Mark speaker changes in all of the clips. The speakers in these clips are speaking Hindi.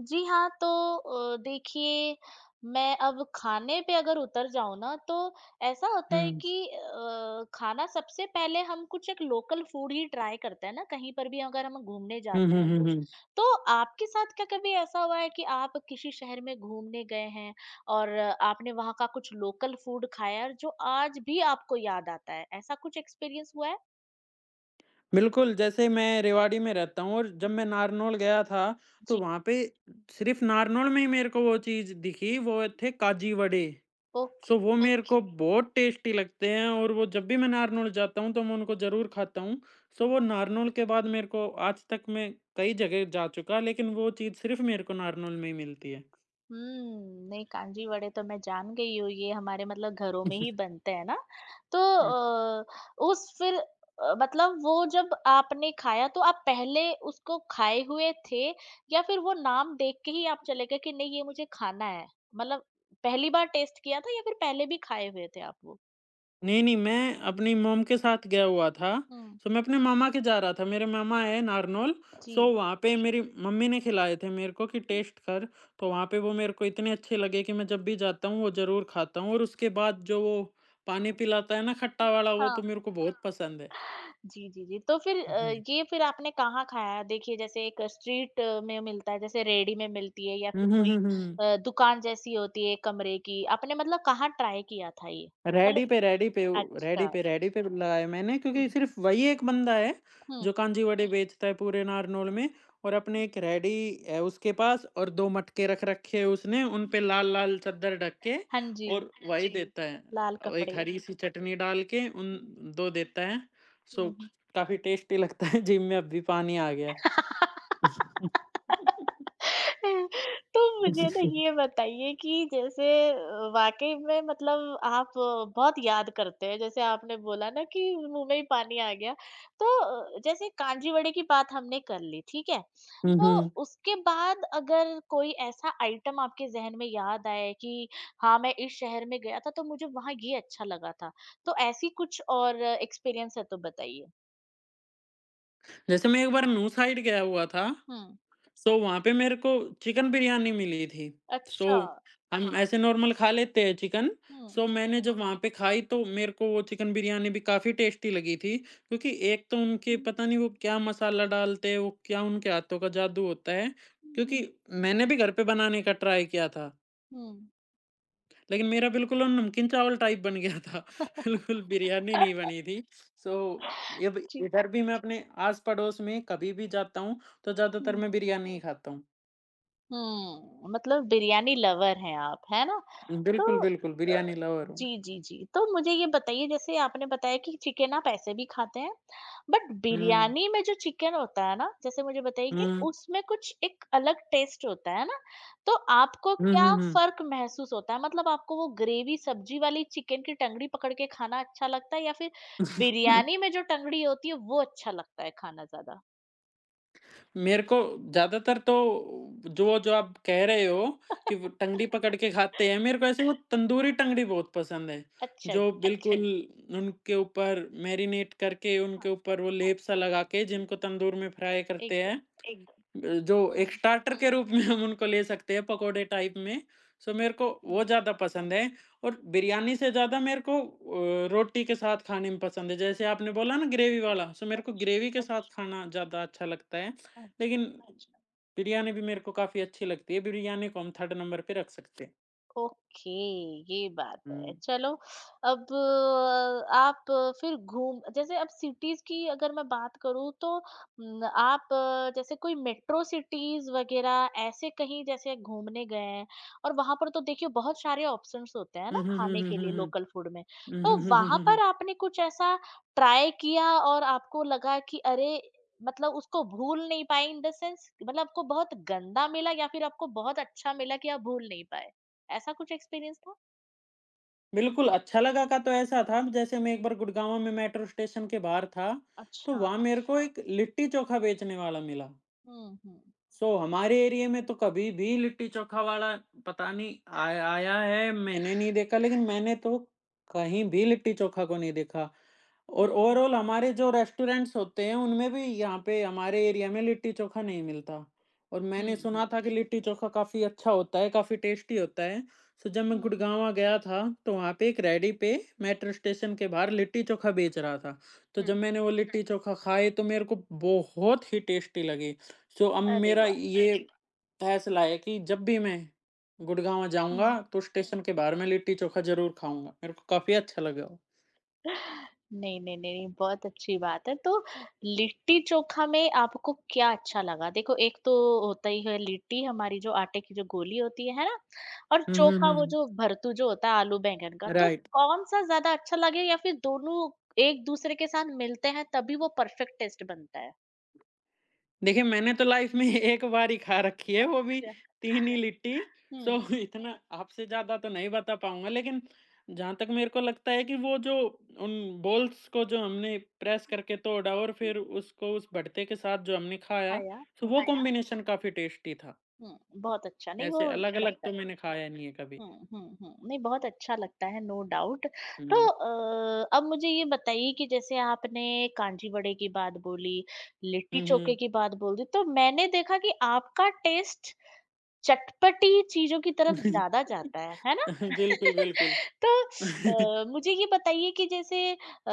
Speaker 1: जी हाँ, तो देखिए। मैं अब खाने पे अगर उतर जाऊँ ना तो ऐसा होता है
Speaker 2: हुँ।
Speaker 1: कि खाना सबसे पहले हम कुछ एक लोकल फूड ही ट्राई करते हैं ना, कहीं पर भी अगर हम घूमने
Speaker 2: हुँ,
Speaker 1: जाते
Speaker 2: हुँ,
Speaker 1: हैं
Speaker 2: हुँ,
Speaker 1: तो।
Speaker 2: हुँ।
Speaker 1: तो आपके साथ क्या कभी ऐसा हुआ है कि आप किसी शहर में घूमने गए हैं और आपने वहाँ का कुछ लोकल फूड खाया और जो आज भी आपको याद आता है? ऐसा कुछ एक्सपीरियंस हुआ है?
Speaker 2: बिल्कुल, जैसे मैं रेवाड़ी में रहता हूँ और जब
Speaker 1: हुँ,
Speaker 2: मैं नारनौल गया था, तो
Speaker 1: जी,
Speaker 2: वहाँ पे सिर्फ़ नारनौल में ही मेरे को वो चीज़ दिखी, वो थे काजी वड़े।
Speaker 1: ओके।
Speaker 2: सो वो मेरे को बहुत टेस्टी लगते हैं और वो जब भी मैं नारनौल जाता हूँ, तो मैं उनको ज़रूर खाता हूँ। सो वो नारनौल के बाद मेरे को आज तक मैं कई जगह जा चुका, लेकिन वो चीज़ सिर्फ़ मेरे को नारनौल में ही मिलती है।
Speaker 1: नहीं, कांजी वड़े तो मैं जान गई हूँ, ये हमारे मतलब घरों में ही बनते हैं ना। तो
Speaker 2: अच्छ
Speaker 1: उस फिर मतलब वो जब आपने खाया तो आप पहले उसको खाए हुए थे या फिर वो नाम देख के ही आप चले गए कि नहीं ये मुझे खाना है, मतलब पहली बार टेस्ट किया था या फिर पहले भी खाए हुए थे आप वो?
Speaker 2: नहीं, नहीं, मैं अपनी मॉम के साथ गया हुआ था।
Speaker 1: हम्म।
Speaker 2: सो मैं अपने मामा के जा रहा था, मेरे मामा है नारनौल। सो
Speaker 1: जी।
Speaker 2: वहाँ पे मेरी मम्मी ने खिलाए थे मेरे को कि टेस्ट कर, तो वहाँ पे वो मेरे को इतने अच्छे लगे कि मैं जब भी जाता हूँ वो ज़रूर खाता हूँ और उसके बाद जो वो पानी पिलाता है ना खट्टा वाला, वो तो
Speaker 1: हाँ।
Speaker 2: मेरे को बहुत पसंद है।
Speaker 1: जी, जी, जी। तो फिर
Speaker 2: हुँ, हुँ।
Speaker 1: ये फिर आपने कहाँ खाया? देखिए जैसे एक स्ट्रीट में मिलता है, जैसे रेहड़ी में मिलती है या
Speaker 2: हुँ,
Speaker 1: फिर
Speaker 2: हुँ,
Speaker 1: कोई
Speaker 2: हुँ, हुँ।
Speaker 1: दुकान जैसी होती है कमरे की, आपने मतलब कहाँ ट्राई किया था ये? मतलब
Speaker 2: रेडी पे, रेडी पे उ रेडी
Speaker 1: अच्छा।
Speaker 2: पे, रेडी पे लगाया मैंने, क्योंकि
Speaker 1: हुँ,
Speaker 2: सिर्फ़ वही एक बंदा है जो
Speaker 1: हुँ,
Speaker 2: कांजी वड़े बेचता है पूरे नारनौल में, और अपने
Speaker 1: हुँ,
Speaker 2: एक रेडी है उसके पास और 2 मटके रख रखे हैं उसने, उन
Speaker 1: हुँ।
Speaker 2: पे लाल-लाल चद्दर ढक के,
Speaker 1: हाँ
Speaker 2: और
Speaker 1: जी,
Speaker 2: वही देता है
Speaker 1: लाल
Speaker 2: एक
Speaker 1: कपड़े।
Speaker 2: हरी-सी चटनी डाल के उन
Speaker 1: हुँ,
Speaker 2: 2 देता है। सो
Speaker 1: हुँ, हुँ।
Speaker 2: काफ़ी टेस्टी लगता है, जीभ में अब भी पानी आ गया।
Speaker 1: तो मुझे ना ये बताइए कि जैसे वाक़ई में मतलब आप बहुत याद करते हैं, जैसे आपने बोला ना कि मुँह में ही पानी आ गया। तो जैसे कांजीवड़े की बात हमने कर ली, ठीक है?
Speaker 2: हुँ,
Speaker 1: तो
Speaker 2: हुँ।
Speaker 1: उसके बाद अगर कोई ऐसा आइटम आपके ज़हन में याद आए कि हाँ, मैं इस शहर में गया था, तो मुझे वहाँ ये अच्छा लगा था। तो ऐसी कुछ और एक्सपीरियंस है तो बताइए?
Speaker 2: जैसे मैं एक बार नूह साइड गया हुआ था,
Speaker 1: हुँ।
Speaker 2: सो वहाँ पे मेरे को चिकन बिरयानी मिली थी। सो
Speaker 1: अच्छा।
Speaker 2: हम ऐसे नॉर्मल खा लेते हैं चिकन।
Speaker 1: हुँ।
Speaker 2: सो मैंने जब वहाँ पे खाई तो मेरे को वो चिकन बिरयानी भी काफ़ी टेस्टी लगी थी, क्योंकि एक तो उनके
Speaker 1: हुँ।
Speaker 2: पता नहीं वो क्या मसाला डालते हैं, वो क्या उनके हाथों का जादू होता है।
Speaker 1: हुँ,
Speaker 2: क्योंकि
Speaker 1: हुँ,
Speaker 2: मैंने भी घर पे बनाने का ट्राई किया था,
Speaker 1: हुँ।
Speaker 2: लेकिन मेरा बिल्कुल वो नमकीन चावल टाइप बन गया था। बिल्कुल बिरयानी नहीं बनी थी। सो ये ब
Speaker 1: जी।
Speaker 2: इधर भी मैं अपने आस-पड़ोस में कभी भी जाता हूँ, तो ज़्यादातर
Speaker 1: हुँ,
Speaker 2: मैं बिरयानी ही खाता हूँ।
Speaker 1: हुँ, मतलब बिरयानी लवर हैं आप, है ना? तो
Speaker 2: बिल्कुल, बिल्कुल, बिरयानी लवर हूँ।
Speaker 1: जी, जी, जी, तो मुझे ये बताइए जैसे आपने बताया कि चिकन आप ऐसे भी खाते हैं, बट
Speaker 2: हुँ,
Speaker 1: बिरयानी में जो चिकन होता है ना, जैसे मुझे बताइए कि
Speaker 2: हुँ,
Speaker 1: उसमें कुछ एक अलग टेस्ट होता है ना, तो आपको
Speaker 2: हुँ, हुँ,
Speaker 1: क्या
Speaker 2: हुँ।
Speaker 1: फ़र्क महसूस होता है? मतलब आपको वो ग्रेवी सब्ज़ी वाली चिकन की टंगड़ी पकड़ के खाना अच्छा लगता है या फिर बिरयानी में जो टंगड़ी होती है, वो अच्छा लगता है खाना ज़्यादा?
Speaker 2: मेरे को ज़्यादातर तो जो जो आप कह रहे हो कि वो टंगड़ी पकड़ के खाते हैं, मेरे को ऐसे वो तंदूरी टंगड़ी बहुत पसंद है,
Speaker 1: अच्छा
Speaker 2: जो
Speaker 1: जी,
Speaker 2: बिल्कुल उनके ऊपर मैरिनेट करके,
Speaker 1: हाँ,
Speaker 2: उनके ऊपर वो लेप सा लगा के जिनको तंदूर में फ्राई करते हैं।
Speaker 1: एकदम।
Speaker 2: जो एक
Speaker 1: हुँ,
Speaker 2: स्टार्टर के रूप में हम उनको ले सकते हैं पकोड़े टाइप में, सो मेरे को वो
Speaker 1: हुँ।
Speaker 2: ज़्यादा पसंद है। और बिरयानी से ज़्यादा मेरे को रोटी के साथ खाने में पसंद है। जैसे आपने बोला ना ग्रेवी वाला, सो मेरे को ग्रेवी के साथ खाना ज़्यादा अच्छा लगता है,
Speaker 1: अच्छा।
Speaker 2: लेकिन बिरयानी भी मेरे को काफ़ी अच्छी लगती है। बिरयानी को हम थर्ड नंबर पे रख सकते हैं।
Speaker 1: ओके, ये बात है,
Speaker 2: हुँ।
Speaker 1: चलो। अब आप फिर घूम जैसे अब सिटीज की अगर मैं बात करूं, तो न, आप जैसे कोई मेट्रो सिटीज वगैरह ऐसे कहीं जैसे घूमने गए हैं और वहां पर तो देखिए बहुत सारे ऑप्शंस होते हैं
Speaker 2: हुँ,
Speaker 1: ना
Speaker 2: हुँ,
Speaker 1: खाने
Speaker 2: हुँ, हुँ,
Speaker 1: के
Speaker 2: हुँ,
Speaker 1: लिए
Speaker 2: हुँ।
Speaker 1: लोकल फूड में,
Speaker 2: हुँ,
Speaker 1: तो
Speaker 2: हुँ, हुँ, हुँ,
Speaker 1: वहां
Speaker 2: हुँ, हुँ।
Speaker 1: पर आपने कुछ ऐसा ट्राई किया और आपको लगा कि अरे, मतलब उसको भूल नहीं पाए, इन द सेंस मतलब आपको बहुत गंदा मिला या फिर आपको बहुत अच्छा मिला कि आप भूल नहीं पाए, ऐसा कुछ एक्सपीरियंस था?
Speaker 2: बिल्कुल, अच्छा लगा
Speaker 1: हुँ,
Speaker 2: का तो ऐसा था जैसे मैं एक बार
Speaker 1: हुँ,
Speaker 2: गुड़गाँव में मेट्रो स्टेशन के बाहर था, तो
Speaker 1: अच्छा।
Speaker 2: वहाँ मेरे को एक लिट्टी-चोखा बेचने वाला मिला।
Speaker 1: हुँ, हुँ,
Speaker 2: सो हमारे एरिया में तो कभी भी लिट्टी चोखा वाला, पता नहीं आया आया है, मैंने नहीं देखा, लेकिन मैंने तो कहीं भी लिट्टी चोखा को नहीं देखा। और
Speaker 1: हुँ, हुँ,
Speaker 2: ओवरऑल हमारे जो रेस्टोरेंट्स होते हैं, उनमें भी यहाँ पे हमारे एरिया में लिट्टी चोखा नहीं मिलता। और मैंने
Speaker 1: हुँ,
Speaker 2: सुना
Speaker 1: हुँ,
Speaker 2: था कि लिट्टी चोखा काफ़ी अच्छा होता है, काफ़ी टेस्टी होता है। सो जब मैं
Speaker 1: हुँ, हुँ,
Speaker 2: गुड़गाँवा गया था, तो वहाँ पे एक रेहड़ी पे, मेट्रो स्टेशन के बाहर, लिट्टी चोखा बेच रहा था। तो
Speaker 1: हुँ।
Speaker 2: जब मैंने वो हुँ। लिट्टी चोखा खाए, तो मेरे को बहुत ही टेस्टी लगी। सो अब
Speaker 1: अरे
Speaker 2: मेरा
Speaker 1: वाह!
Speaker 2: ये फैसला है कि जब भी मैं गुड़गाँव जाऊँगा
Speaker 1: हुँ।
Speaker 2: तो स्टेशन के बाहर मैं लिट्टी-चोखा ज़रूर खाऊँगा, मेरे को काफ़ी अच्छा लगा वो।
Speaker 1: नहीं, नहीं, नहीं, नहीं, बहुत अच्छी बात है। तो हुँ। लिट्टी चोखा में आपको क्या अच्छा लगा? देखो, एक तो होता ही है लिट्टी हमारी जो आटे की जो गोली होती है ना? और
Speaker 2: हुँ, हुँ,
Speaker 1: चोखा
Speaker 2: हुँ,
Speaker 1: वो
Speaker 2: हुँ।
Speaker 1: जो भरतू जो होता है आलू बैंगन का, तो
Speaker 2: राइट।
Speaker 1: कौन-सा ज़्यादा अच्छा लगे या फिर दोनों एक-दूसरे के साथ मिलते हैं तभी वो परफेक्ट टेस्ट बनता है?
Speaker 2: देखिए, मैंने तो लाइफ़ में एक बार ही खा रखी है, वो भी
Speaker 1: अच्छा।
Speaker 2: 3 ही लिट्टी, सो
Speaker 1: हुँ।
Speaker 2: इतना आपसे ज़्यादा तो नहीं बता पाऊँगा, लेकिन जहाँ तक मेरे को लगता है कि वो जो उन बॉल्स को जो हमने प्रेस करके तोड़ा और
Speaker 1: हुँ,
Speaker 2: फिर उसको उस भरते के साथ जो हमने खाया,
Speaker 1: आया।
Speaker 2: सो वो खाया। कॉम्बिनेशन काफ़ी टेस्टी था।
Speaker 1: हुँ, बहुत अच्छा। नहीं
Speaker 2: ऐसे
Speaker 1: वो
Speaker 2: अलग-अलग
Speaker 1: लगता
Speaker 2: तो
Speaker 1: है।
Speaker 2: मैंने खाया नहीं है कभी।
Speaker 1: हुँ, हुँ, हुँ। नहीं, बहुत अच्छा लगता है, नो डाउट। तो
Speaker 2: हुँ।
Speaker 1: अब मुझे ये बताइए कि जैसे आपने कांजी वड़े की बात बोली, लिट्टी
Speaker 2: हुँ,
Speaker 1: चोखे
Speaker 2: हुँ।
Speaker 1: की बात बोल दी, तो मैंने देखा कि आपका टेस्ट चटपटी चीज़ों की तरफ ज़्यादा जाता है ना?
Speaker 2: बिल्कुल,
Speaker 1: तो
Speaker 2: बिल्कुल।
Speaker 1: मुझे ये बताइए कि जैसे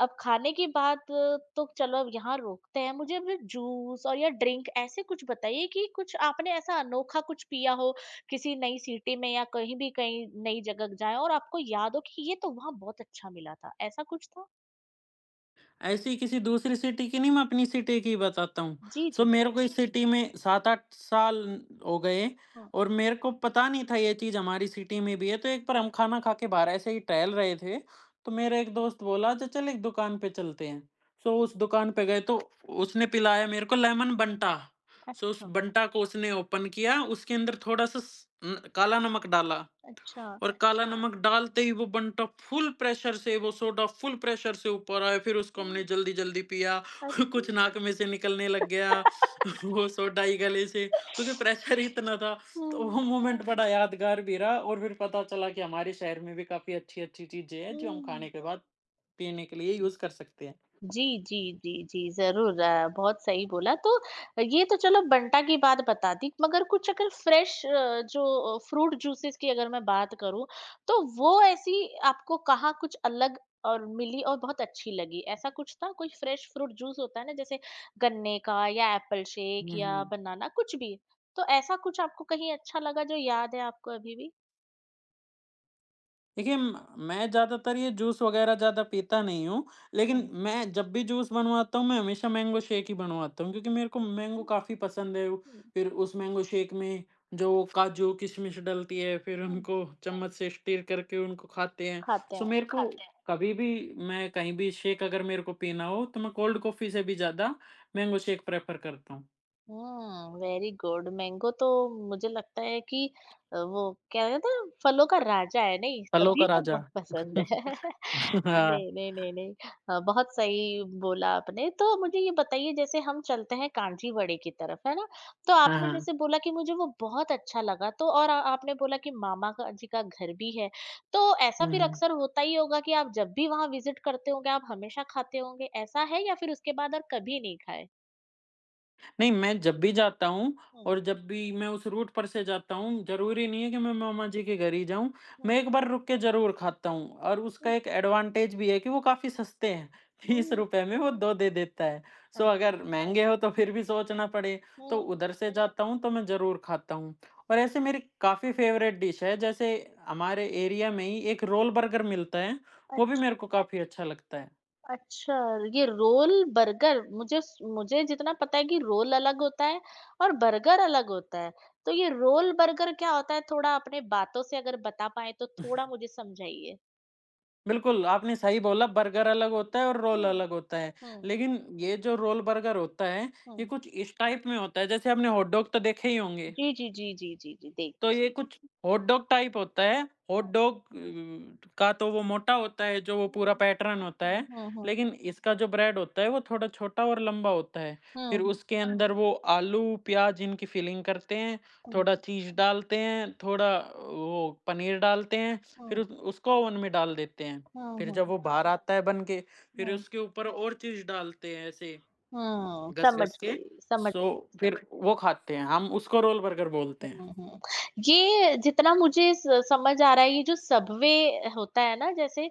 Speaker 1: अब खाने की बात, तो चलो अब यहाँ रोकते हैं, मुझे अब जूस और या ड्रिंक ऐसे कुछ बताइए कि कुछ आपने ऐसा अनोखा कुछ पिया हो, किसी नई सिटी में या कहीं भी कहीं नई जगह जाएँ और आपको याद हो कि ये तो वहाँ बहुत अच्छा मिला था, ऐसा कुछ था?
Speaker 2: ऐसी किसी दूसरी सिटी की नहीं, मैं अपनी सिटी की बताता हूँ।
Speaker 1: जी,
Speaker 2: सो
Speaker 1: जी,
Speaker 2: मेरे
Speaker 1: बताइए।
Speaker 2: को इस सिटी में 7-8 साल हो गए
Speaker 1: हुँ,
Speaker 2: और मेरे को पता नहीं था ये चीज़ हमारी सिटी में भी है, तो एक बार हम खाना खा के बाहर ऐसे ही टहल रहे थे, तो मेरा एक दोस्त बोला, "च चल एक दुकान पे चलते हैं।" सो उस दुकान पे गए तो उसने पिलाया मेरे को लेमन बंटा। सो उस
Speaker 1: अच्छा,
Speaker 2: बंटा को उसने ओपन किया, उसके अंदर थोड़ा-सा स न काला नमक डाला।
Speaker 1: अच्छा।
Speaker 2: और काला नमक डालते ही वो सोडा फुल प्रेशर से ऊपर आया, फिर उसको
Speaker 1: हुँ।
Speaker 2: हमने जल्दी जल्दी पिया।
Speaker 1: अच्छा,
Speaker 2: कुछ नाक में से निकलने लग गया वो सोडा ही गले से, क्योंकि प्रेशर इतना था। तो
Speaker 1: हुँ,
Speaker 2: वो मोमेंट बड़ा यादगार भी रहा और फिर पता चला कि हमारे शहर में भी काफी अच्छी अच्छी चीजें हैं जो हम खाने
Speaker 1: हुँ।
Speaker 2: के बाद पीने के लिए यूज कर सकते हैं।
Speaker 1: जी, जी, जी, जी, ज़रूर। बहुत सही बोला, तो ये तो चलो बंटा की बात बता दी, मगर कुछ अगर फ्रेश जो फ्रूट जूसेस की अगर मैं बात करूँ, तो वो ऐसी आपको कहाँ कुछ अलग और मिली और बहुत अच्छी लगी? ऐसा कुछ था? कोई फ्रेश फ्रूट जूस होता है ना जैसे गन्ने का या एप्पल शेक या
Speaker 2: हम्म।
Speaker 1: बनाना कुछ भी, तो ऐसा कुछ आपको कहीं अच्छा लगा जो याद है आपको अभी भी?
Speaker 2: देखिए, म मैं ज़्यादातर ये जूस वग़ैरह ज़्यादा पीता नहीं हूँ, लेकिन
Speaker 1: हुँ,
Speaker 2: मैं जब भी जूस बनवाता हूँ, मैं हमेशा मैंगो शेक ही बनवाता हूँ, क्योंकि मेरे को मैंगो
Speaker 1: हुँ,
Speaker 2: काफ़ी पसंद है।
Speaker 1: हुँ,
Speaker 2: फिर उस मैंगो शेक में जो वो काजू, किशमिश डलती है, फिर
Speaker 1: हुँ,
Speaker 2: उनको चम्मच से स्टिर करके उनको खाते हैं।
Speaker 1: खाते
Speaker 2: सो
Speaker 1: हैं।
Speaker 2: मेरे को खाते हैं। कभी भी मैं कहीं भी शेक अगर मेरे को पीना हो, तो मैं कोल्ड कॉफ़ी से भी ज़्यादा मैंगो शेक प्रेफ़र करता हूँ।
Speaker 1: हुँ, वेरी गुड। मैंगो तो मुझे लगता है कि वो क्या कहते हैं फलों का राजा है नहीं,
Speaker 2: फलों का
Speaker 1: सभी को
Speaker 2: राजा।
Speaker 1: बहुत पसंद है।
Speaker 2: हाँ।
Speaker 1: नहीं, नहीं, नहीं, नहीं, बहुत सही बोला आपने। तो मुझे ये बताइए जैसे हम चलते हैं कांजीवड़े की तरफ, है ना? तो
Speaker 2: हाँ,
Speaker 1: आपने
Speaker 2: हाँ।
Speaker 1: जैसे बोला कि मुझे वो बहुत अच्छा लगा, तो और आपने बोला कि मामा का जी का घर भी है। तो ऐसा
Speaker 2: हुँ,
Speaker 1: फिर
Speaker 2: हुँ।
Speaker 1: अक्सर होता ही होगा कि आप जब भी वहाँ विज़िट करते होंगे, आप हमेशा खाते होंगे, ऐसा है या फिर उसके बाद और कभी नहीं खाए?
Speaker 2: नहीं, मैं जब भी जाता हूँ
Speaker 1: हुँ,
Speaker 2: और जब भी मैं उस रूट पर से जाता हूँ, ज़रूरी नहीं है कि मैं मामा जी के घर ही जाऊँ। मैं
Speaker 1: हुँ,
Speaker 2: एक बार रुक के ज़रूर खाता हूँ, और उसका
Speaker 1: हुँ,
Speaker 2: एक एडवांटेज भी है कि वो काफ़ी सस्ते हैं।
Speaker 1: हुँ।
Speaker 2: ₹30 में वो 2 दे देता है। सो अगर
Speaker 1: अच्छा,
Speaker 2: महँगे हो तो फिर भी सोचना पड़े, तो
Speaker 1: हुँ,
Speaker 2: उधर से जाता हूँ तो मैं ज़रूर खाता हूँ। और ऐसे मेरी काफ़ी फ़ेवरेट डिश है, जैसे हमारे एरिया में ही एक रोल बर्गर मिलता है, वो भी
Speaker 1: अच्छ
Speaker 2: मेरे को काफ़ी अच्छा लगता है।
Speaker 1: अच्छा। ये रोल, बर्गर मुझे स मुझे जितना पता है कि रोल अलग होता है और बर्गर अलग होता है। तो ये रोल बर्गर क्या होता है? थोड़ा अपने बातों से अगर बता पाएँ तो थोड़ा मुझे समझाइए?
Speaker 2: बिल्कुल, आपने सही बोला, बर्गर अलग होता है और रोल
Speaker 1: हुँ,
Speaker 2: अलग होता है।
Speaker 1: हुँ,
Speaker 2: लेकिन ये जो रोल बर्गर होता है, ये
Speaker 1: हुँ।
Speaker 2: कुछ इस टाइप में होता है जैसे आपने हॉट डॉग तो देखे ही होंगे।
Speaker 1: जी, जी, जी, जी, जी, जी,
Speaker 2: तो
Speaker 1: देखिए।
Speaker 2: ये कुछ हॉट डॉग टाइप होता है। हॉट
Speaker 1: हाँ,
Speaker 2: डॉग का तो वो मोटा होता है, जो वो पूरा
Speaker 1: हुँ,
Speaker 2: पैटर्न होता है।
Speaker 1: हुँ, हुँ,
Speaker 2: लेकिन इसका जो ब्रेड होता है वो थोड़ा छोटा और लंबा होता है। फिर
Speaker 1: हुँ, हुँ,
Speaker 2: उसके अंदर वो आलू, प्याज़ इनकी फिलिंग करते हैं,
Speaker 1: हुँ,
Speaker 2: थोड़ा चीज़ डालते हैं, थोड़ा वो पनीर डालते हैं,
Speaker 1: हुँ,
Speaker 2: फिर
Speaker 1: हुँ,
Speaker 2: उस उसको ओवन में डाल देते हैं।
Speaker 1: हुँ, हुँ,
Speaker 2: फिर जब
Speaker 1: हुँ,
Speaker 2: वो बाहर आता है बन के, फिर
Speaker 1: हुँ,
Speaker 2: उसके ऊपर और चीज़ डालते हैं ऐसे
Speaker 1: हुँ, समझ
Speaker 2: घस-घस के।
Speaker 1: गई, समझ।
Speaker 2: सो फिर वो खाते हैं। हम उसको रोल बर्गर बोलते हैं।
Speaker 1: हुँ, हुँ। ये जितना मुझे स समझ आ रहा है, ये जो सबवे होता है ना, जैसे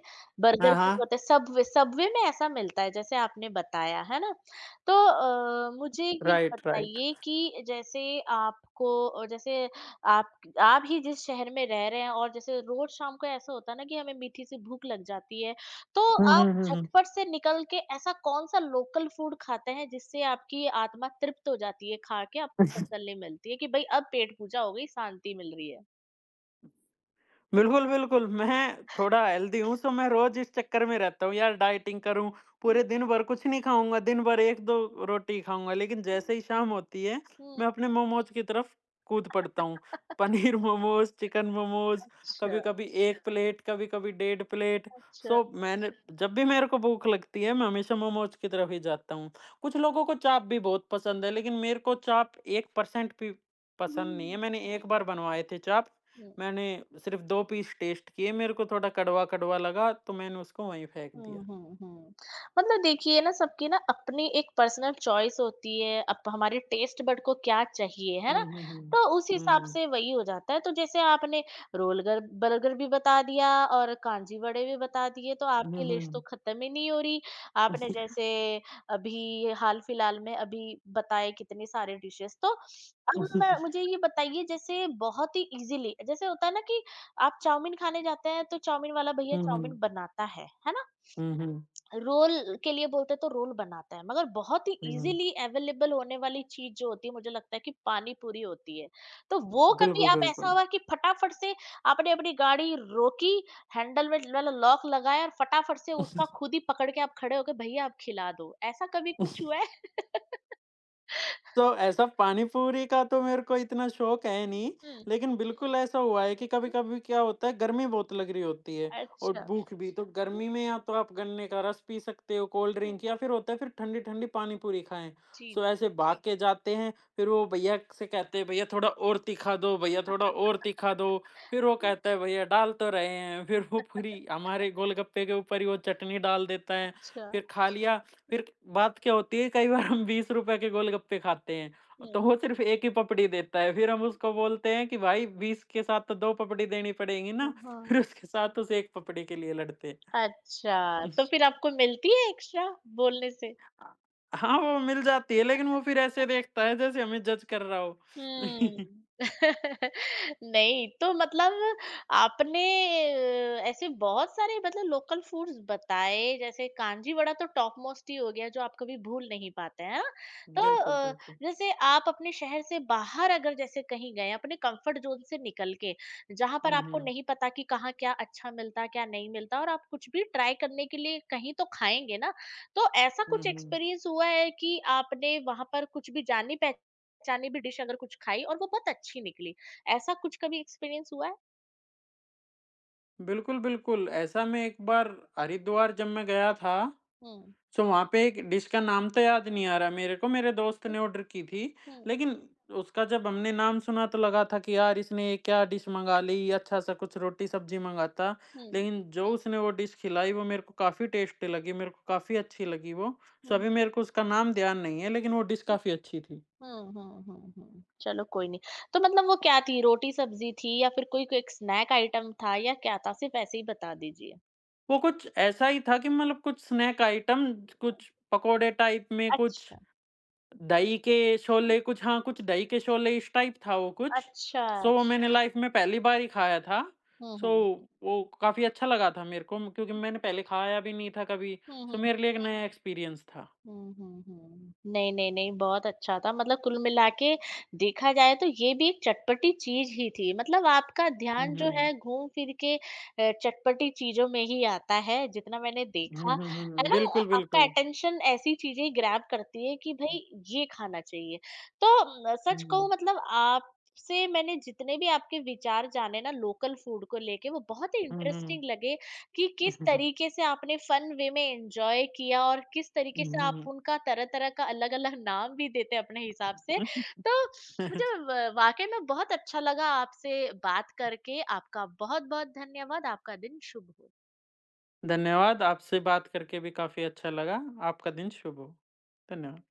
Speaker 2: हाँ,
Speaker 1: बर्गर किंग
Speaker 2: हाँ।
Speaker 1: होता है, सबवे, सबवे में ऐसा मिलता है, जैसे आपने बताया, है ना? तो मुझे ये
Speaker 2: Right, right.
Speaker 1: बताइए कि जैसे आपको जैसे आप आप ही जिस शहर में रह रहे हैं और जैसे रोज़ शाम को ऐसा होता है ना कि हमें मीठी-सी भूख लग जाती है, तो
Speaker 2: Mhm,
Speaker 1: आप
Speaker 2: mhm,
Speaker 1: झटपट से निकल के ऐसा कौन-सा लोकल फूड खाते हैं जिससे आपकी आत्मा तृप्त हो जाती है, खा के आपको
Speaker 2: mhm.
Speaker 1: तसल्ली मिलती है कि भई अब पेट पूजा हो गई, शांति मिल रही है?
Speaker 2: बिल्कुल, बिल्कुल। मैं थोड़ा हेल्दी हूँ, सो मैं रोज़ इस चक्कर में रहता हूँ, यार डाइटिंग करूँ, पूरे दिन भर कुछ नहीं खाऊँगा, दिन भर 1-2 रोटी खाऊँगा, लेकिन
Speaker 1: हुँ,
Speaker 2: जैसे ही शाम होती है,
Speaker 1: हुँ।
Speaker 2: मैं अपने मोमोज़ की तरफ कूद पड़ता हूँ। पनीर मोमोज़, चिकन मोमोज़,
Speaker 1: अच्छा,
Speaker 2: कभी-कभी 1 प्लेट, कभी-कभी डेढ़ प्लेट।
Speaker 1: अच्छा।
Speaker 2: सो मैंने, जब भी मेरे को भूख लगती है, मैं हमेशा मोमोज़ की तरफ ही जाता हूँ। कुछ लोगों को चाप भी बहुत पसंद है, लेकिन मेरे को चाप 1% भी
Speaker 1: हुँ,
Speaker 2: पसंद नहीं है।
Speaker 1: हुँ,
Speaker 2: मैंने एक बार बनवाए थे चाप।
Speaker 1: हुँ।
Speaker 2: मैंने सिर्फ़ 2 पीस टेस्ट किए, मेरे को थोड़ा कड़वा-कड़वा लगा तो मैंने उसको वहीं फेंक दिया।
Speaker 1: हुँ, हुँ, हुँ। मतलब देखिए ना, सबकी ना अपनी एक पर्सनल चॉइस होती है, अब हमारे टेस्ट बड को क्या चाहिए, है
Speaker 2: हुँ,
Speaker 1: ना?
Speaker 2: हुँ, हुँ।
Speaker 1: तो उस
Speaker 2: हुँ,
Speaker 1: हिसाब
Speaker 2: हुँ।
Speaker 1: से वही हो जाता है, तो जैसे आपने रोलगर बर्गर भी बता दिया और कांजी वड़े भी बता दिए, तो
Speaker 2: हुँ,
Speaker 1: आपकी लिस्ट तो
Speaker 2: हुँ।
Speaker 1: खत्म ही नहीं हो रही। आपने जैसे अभी हाल-फिलहाल में अभी बताए कितने सारे डिशेज़, तो
Speaker 2: हुँ,
Speaker 1: अब
Speaker 2: हुँ।
Speaker 1: मैं मुझे ये बताइए जैसे बहुत ही ईज़िली जैसे होता है ना कि आप चाउमीन खाने जाते हैं, तो चाउमीन वाला भैया चाउमीन बनाता है ना?
Speaker 2: हुँ, हुँ।
Speaker 1: रोल के लिए बोलते हैं तो रोल बनाता है, मगर बहुत ही
Speaker 2: हुँ, हुँ।
Speaker 1: इजीली अवेलेबल होने वाली चीज जो होती है मुझे लगता है कि पानी पूरी होती है, तो वो कभी
Speaker 2: बिल्कुल,
Speaker 1: आप ऐसा
Speaker 2: बिल्कुल।
Speaker 1: हुआ कि फटाफट से आपने अपनी गाड़ी रोकी, हैंडल में वाला लॉक लगाया और फटाफट से उसका खुद ही पकड़ के आप खड़े हो गए भैया आप खिला दो, ऐसा कभी कुछ हुआ है?
Speaker 2: तो ऐसा पानी पूरी का तो मेरे को इतना शौक है नहीं,
Speaker 1: हम्म।
Speaker 2: लेकिन बिल्कुल ऐसा हुआ है कि कभी-कभी क्या होता है, गर्मी बहुत लग रही होती है और
Speaker 1: अच्छा।
Speaker 2: भूख भी, तो गर्मी में या तो आप गन्ने का रस पी सकते हो, कोल्ड
Speaker 1: हम्म,
Speaker 2: ड्रिंक, या फिर होता है फिर ठंडी-ठंडी पानी पूरी खाएँ।
Speaker 1: जी।
Speaker 2: सो ऐसे भाग के जाते हैं, फिर वो भैया से कहते हैं, भैया थोड़ा और तीखा दो, भैया थोड़ा और तीखा दो, फिर वो
Speaker 1: जी,
Speaker 2: कहता है भैया डाल तो रहे हैं, फिर वो पूरी हमारे गोलगप्पे के ऊपर ही वो चटनी डाल देता है,
Speaker 1: अच्छा।
Speaker 2: फिर खा लिया। फिर बात क्या होती है, कई बार हम ₹20 के गोलगप्पे खाते हैं, तो
Speaker 1: हम्म,
Speaker 2: वो सिर्फ़ 1 ही पपड़ी देता है। फिर हम उसको बोलते हैं कि भाई, 20 के साथ तो 2 पपड़ी देनी पड़ेगी ना,
Speaker 1: हाँ।
Speaker 2: फिर उसके साथ उस 1 पपड़ी के लिए लड़ते हैं।
Speaker 1: अच्छा, तो फिर आपको मिलती है एक्स्ट्रा बोलने से?
Speaker 2: अ, हाँ, वो मिल जाती है, लेकिन वो फिर ऐसे देखता है जैसे हमें जज कर रहा हो।
Speaker 1: हुँ। नहीं, तो मतलब आपने ऐसे बहुत सारे मतलब लोकल फूड्स बताए, जैसे कांजी वड़ा तो टॉप मोस्ट ही हो गया, जो आप कभी भूल नहीं पाते हैं, है ना? तो
Speaker 2: बिल्कुल, बिल्कुल।
Speaker 1: जैसे आप अपने शहर से बाहर अगर जैसे कहीं गए, अपने कंफर्ट ज़ोन से निकल के, जहाँ
Speaker 2: हुँ,
Speaker 1: पर आपको
Speaker 2: हुँ।
Speaker 1: नहीं पता कि कहाँ क्या अच्छा मिलता है, क्या नहीं मिलता और आप कुछ भी ट्राई करने के लिए कहीं तो खाएँगे ना? तो ऐसा
Speaker 2: हुँ,
Speaker 1: कुछ
Speaker 2: हुँ।
Speaker 1: एक्सपीरियंस हुआ है कि आपने वहाँ पर कुछ भी जानी पह चाइनी भी डिश अगर कुछ खाई और वो बहुत अच्छी निकली, ऐसा कुछ कभी एक्सपीरियंस हुआ है?
Speaker 2: बिल्कुल, बिल्कुल। ऐसा मैं एक बार, हरिद्वार जब मैं गया था,
Speaker 1: हुँ।
Speaker 2: सो वहाँ पे एक डिश का नाम तो याद नहीं आ रहा मेरे को, मेरे दोस्त
Speaker 1: हुँ,
Speaker 2: ने ऑर्डर की थी,
Speaker 1: हुँ, हुँ।
Speaker 2: लेकिन उसका जब हमने नाम सुना तो लगा था कि यार इसने ये क्या डिश मँगा ली, अच्छा-सा कुछ रोटी-सब्जी मँगाता।
Speaker 1: हुँ,
Speaker 2: लेकिन जो उसने वो डिश खिलाई वो मेरे को काफ़ी टेस्टी लगी, मेरे को काफ़ी अच्छी लगी वो। सो
Speaker 1: हुँ।
Speaker 2: अभी मेरे को उसका नाम ध्यान नहीं है, लेकिन वो डिश काफ़ी अच्छी थी।
Speaker 1: हुँ, हुँ, हुँ, हुँ। चलो कोई नहीं। तो मतलब वो क्या थी, रोटी-सब्ज़ी थी या फिर कोई क्विक स्नैक आइटम था या क्या था? सिर्फ़ ऐसे ही बता दीजिए।
Speaker 2: वो कुछ ऐसा ही था कि मतलब कुछ स्नैक आइटम,
Speaker 1: हुँ।
Speaker 2: कुछ पकोड़े टाइप में, कुछ
Speaker 1: अच्छा।
Speaker 2: दही के शोले, कुछ हाँ, कुछ दही के शोले इस टाइप था वो कुछ।
Speaker 1: अच्छा।
Speaker 2: सो वो मैंने लाइफ़ में पहली बार ही खाया था।
Speaker 1: हुँ,
Speaker 2: सो
Speaker 1: हुँ।
Speaker 2: वो काफ़ी अच्छा लगा था मेरे को क्योंकि मैंने पहले खाया भी नहीं था कभी।
Speaker 1: हुँ, हुँ।
Speaker 2: सो मेरे लिए एक नया एक्सपीरियंस था।
Speaker 1: हुँ, हुँ, हुँ। नहीं, नहीं, नहीं, बहुत अच्छा था, मतलब कुल मिला के देखा जाए तो ये भी एक चटपटी चीज़ ही थी। मतलब आपका
Speaker 2: हुँ,
Speaker 1: ध्यान जो
Speaker 2: हुँ।
Speaker 1: है घूम-फिर के चटपटी चीज़ों में ही आता है जितना मैंने
Speaker 2: हुँ,
Speaker 1: देखा,
Speaker 2: हुँ, हुँ।
Speaker 1: है ना?
Speaker 2: बिल्कुल,
Speaker 1: आपका
Speaker 2: बिल्कुल।
Speaker 1: अटेंशन ऐसी चीज़ें ग्रैब करती है कि भई ये खाना चाहिए। तो म सच कहूँ
Speaker 2: हुँ,
Speaker 1: मतलब आप से मैंने जितने भी आपके विचार जाने ना लोकल फूड को लेके वो बहुत ही
Speaker 2: हुँ, हुँ।
Speaker 1: इंटरेस्टिंग लगे, कि किस तरीके से आपने फन वे में एंजॉय किया और किस तरीके
Speaker 2: हुँ,
Speaker 1: से
Speaker 2: हुँ,
Speaker 1: आप
Speaker 2: हुँ।
Speaker 1: उनका तरह-तरह का अलग-अलग नाम भी देते अपने हिसाब से। तो मुझे व वाक़ई में बहुत अच्छा लगा आपसे बात करके। आपका बहुत-बहुत धन्यवाद। आपका दिन शुभ हो।
Speaker 2: धन्यवाद, आपसे बात करके भी काफ़ी अच्छा लगा। आपका दिन शुभ हो। धन्यवाद।